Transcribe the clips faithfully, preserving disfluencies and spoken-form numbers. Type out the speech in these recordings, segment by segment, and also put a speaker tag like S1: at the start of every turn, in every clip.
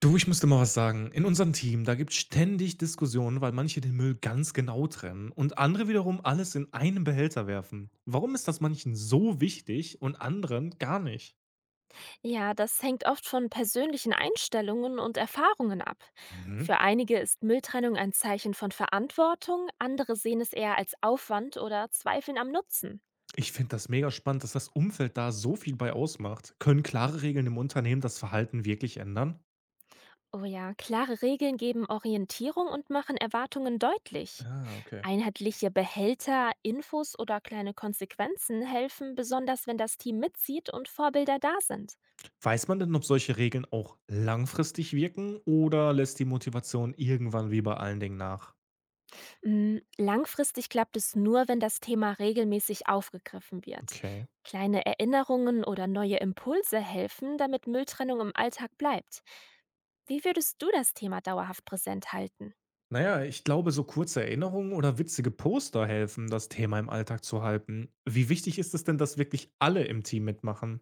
S1: Du, ich muss mal was sagen. In unserem Team, da gibt es ständig Diskussionen, weil manche den Müll ganz genau trennen und andere wiederum alles in einen Behälter werfen. Warum ist das manchen so wichtig und anderen gar nicht?
S2: Ja, das hängt oft von persönlichen Einstellungen und Erfahrungen ab.
S1: Mhm.
S2: Für einige ist Mülltrennung ein Zeichen von Verantwortung, andere sehen es eher als Aufwand oder zweifeln am Nutzen.
S1: Ich finde das mega spannend, dass das Umfeld da so viel bei ausmacht. Können klare Regeln im Unternehmen das Verhalten wirklich ändern?
S2: Oh ja, klare Regeln geben Orientierung und machen Erwartungen deutlich.
S1: Ah, okay.
S2: Einheitliche Behälter, Infos oder kleine Konsequenzen helfen, besonders wenn das Team mitzieht und Vorbilder da sind.
S1: Weiß man denn, ob solche Regeln auch langfristig wirken oder lässt die Motivation irgendwann wie bei allen Dingen nach?
S2: Mm, Langfristig klappt es nur, wenn das Thema regelmäßig aufgegriffen wird.
S1: Okay.
S2: Kleine Erinnerungen oder neue Impulse helfen, damit Mülltrennung im Alltag bleibt. Wie würdest du das Thema dauerhaft präsent halten?
S1: Na ja, ich glaube, so kurze Erinnerungen oder witzige Poster helfen, das Thema im Alltag zu halten. Wie wichtig ist es denn, dass wirklich alle im Team mitmachen?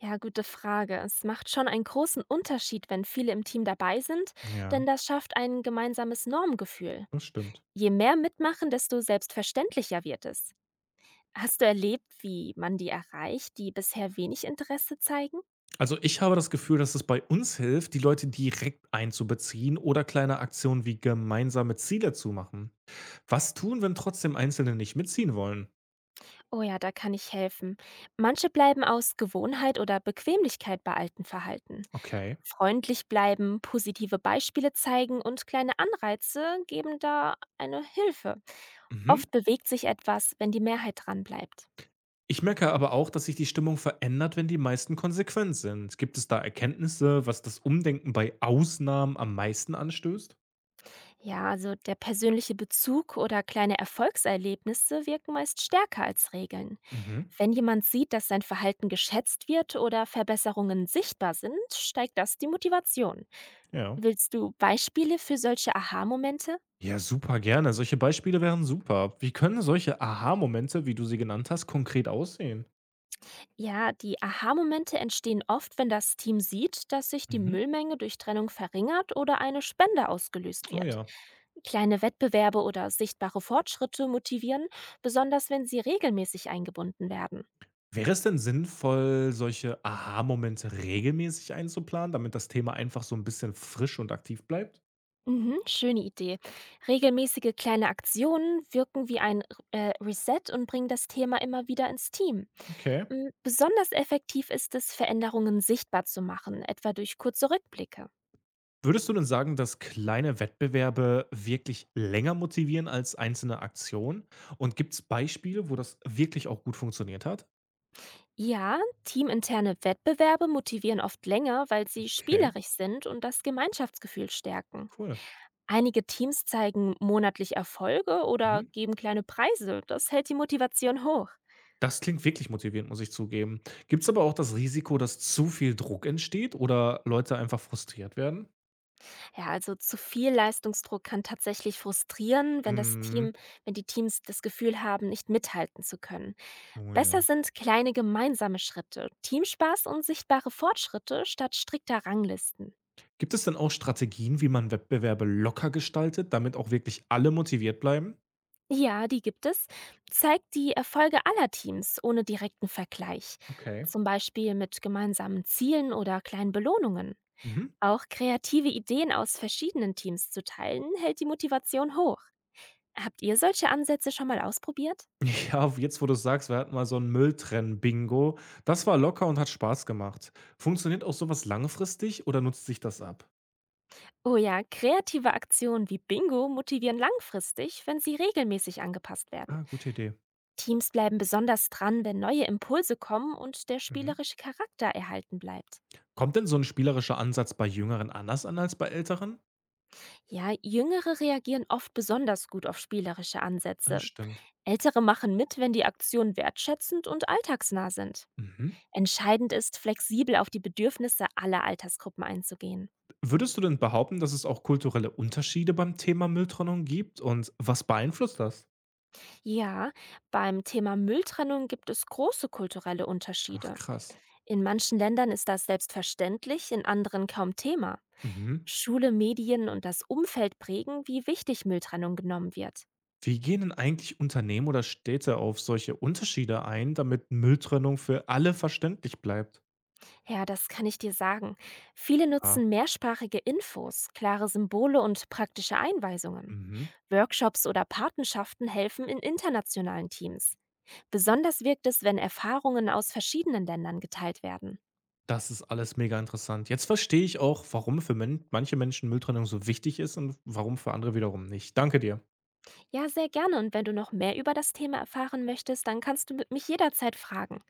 S2: Ja, gute Frage. Es macht schon einen großen Unterschied, wenn viele im Team dabei sind,
S1: Ja,
S2: denn das schafft ein gemeinsames Normgefühl.
S1: das stimmt.
S2: Je mehr mitmachen, desto selbstverständlicher wird es. Hast du erlebt, wie man die erreicht, die bisher wenig Interesse zeigen?
S1: Also ich habe das Gefühl, dass es bei uns hilft, die Leute direkt einzubeziehen oder kleine Aktionen wie gemeinsame Ziele zu machen. Was tun, wenn trotzdem Einzelne nicht mitziehen wollen?
S2: Oh ja, da kann ich helfen. Manche bleiben aus Gewohnheit oder Bequemlichkeit bei alten Verhalten.
S1: Okay.
S2: Freundlich bleiben, positive Beispiele zeigen und kleine Anreize geben da eine Hilfe.
S1: Mhm.
S2: Oft bewegt sich etwas, wenn die Mehrheit dran bleibt.
S1: Ich merke aber auch, dass sich die Stimmung verändert, wenn die meisten konsequent sind. Gibt es da Erkenntnisse, was das Umdenken bei Ausnahmen am meisten anstößt?
S2: Ja, also der persönliche Bezug oder kleine Erfolgserlebnisse wirken meist stärker als Regeln.
S1: Mhm.
S2: Wenn jemand sieht, dass sein Verhalten geschätzt wird oder Verbesserungen sichtbar sind, steigt das die Motivation.
S1: Ja.
S2: Willst du Beispiele für solche Aha-Momente?
S1: Ja, super gerne. Solche Beispiele wären super. Wie können solche Aha-Momente, wie du sie genannt hast, konkret aussehen?
S2: Ja, die Aha-Momente entstehen oft, wenn das Team sieht, dass sich die
S1: Mhm.
S2: Müllmenge durch Trennung verringert oder eine Spende ausgelöst
S1: Oh
S2: wird.
S1: ja.
S2: Kleine Wettbewerbe oder sichtbare Fortschritte motivieren, besonders wenn sie regelmäßig eingebunden werden.
S1: Wäre es denn sinnvoll, solche Aha-Momente regelmäßig einzuplanen, damit das Thema einfach so ein bisschen frisch und aktiv bleibt?
S2: Mhm, schöne Idee. Regelmäßige kleine Aktionen wirken wie ein äh, Reset und bringen das Thema immer wieder ins Team.
S1: Okay.
S2: M, Besonders effektiv ist es, Veränderungen sichtbar zu machen, etwa durch kurze Rückblicke.
S1: Würdest du denn sagen, dass kleine Wettbewerbe wirklich länger motivieren als einzelne Aktionen? Und gibt es Beispiele, wo das wirklich auch gut funktioniert hat?
S2: Ja, teaminterne Wettbewerbe motivieren oft länger, weil sie
S1: Okay,
S2: spielerisch sind und das Gemeinschaftsgefühl
S1: ah,
S2: stärken.
S1: cool.
S2: Einige Teams zeigen monatlich Erfolge oder
S1: Mhm.
S2: geben kleine Preise. Das hält die Motivation hoch.
S1: Das klingt wirklich motivierend, muss ich zugeben. Gibt es aber auch das Risiko, dass zu viel Druck entsteht oder Leute einfach frustriert werden?
S2: Ja, also zu viel Leistungsdruck kann tatsächlich frustrieren, wenn das
S1: Mhm.
S2: Team, wenn die Teams das Gefühl haben, nicht mithalten zu können.
S1: Oh
S2: Besser
S1: ja.
S2: sind kleine gemeinsame Schritte, Teamspaß und sichtbare Fortschritte statt strikter Ranglisten.
S1: Gibt es denn auch Strategien, wie man Wettbewerbe locker gestaltet, damit auch wirklich alle motiviert bleiben?
S2: Ja, die gibt es. Zeigt die Erfolge aller Teams ohne direkten Vergleich,
S1: Okay.
S2: zum Beispiel mit gemeinsamen Zielen oder kleinen Belohnungen.
S1: Mhm.
S2: Auch kreative Ideen aus verschiedenen Teams zu teilen, hält die Motivation hoch. Habt ihr solche Ansätze schon mal ausprobiert?
S1: Ja, jetzt wo du es sagst, wir hatten mal so 'n Mülltrennen-Bingo. Das war locker und hat Spaß gemacht. Funktioniert auch sowas langfristig oder nutzt sich das ab?
S2: Oh ja, kreative Aktionen wie Bingo motivieren langfristig, wenn sie regelmäßig angepasst werden.
S1: Ah, gute Idee.
S2: Teams bleiben besonders dran, wenn neue Impulse kommen und der
S1: Mhm.
S2: spielerische Charakter erhalten bleibt.
S1: Kommt denn so ein spielerischer Ansatz bei Jüngeren anders an als bei Älteren?
S2: Ja, Jüngere reagieren oft besonders gut auf spielerische
S1: Das
S2: Ansätze.
S1: stimmt.
S2: Ältere machen mit, wenn die Aktionen wertschätzend und alltagsnah sind.
S1: Mhm.
S2: Entscheidend ist, flexibel auf die Bedürfnisse aller Altersgruppen einzugehen.
S1: Würdest du denn behaupten, dass es auch kulturelle Unterschiede beim Thema Mülltrennung gibt und was beeinflusst das?
S2: Ja, beim Thema Mülltrennung gibt es große kulturelle
S1: Ach
S2: Unterschiede.
S1: krass.
S2: In manchen Ländern ist das selbstverständlich, in anderen kaum Thema.
S1: Mhm.
S2: Schule, Medien und das Umfeld prägen, wie wichtig Mülltrennung genommen wird.
S1: Wie gehen denn eigentlich Unternehmen oder Städte auf solche Unterschiede ein, damit Mülltrennung für alle verständlich bleibt?
S2: Ja, das kann ich dir sagen. Viele
S1: Ah,
S2: nutzen mehrsprachige Infos, klare Symbole und praktische Einweisungen.
S1: mhm.
S2: Workshops oder Patenschaften helfen in internationalen Teams. Besonders wirkt es, wenn Erfahrungen aus verschiedenen Ländern geteilt werden.
S1: Das ist alles mega interessant. Jetzt verstehe ich auch, warum für men manche Menschen Mülltrennung so wichtig ist und warum für andere wiederum nicht. Danke dir.
S2: Ja, sehr gerne. Und wenn du noch mehr über das Thema erfahren möchtest, dann kannst du mit mich jederzeit fragen.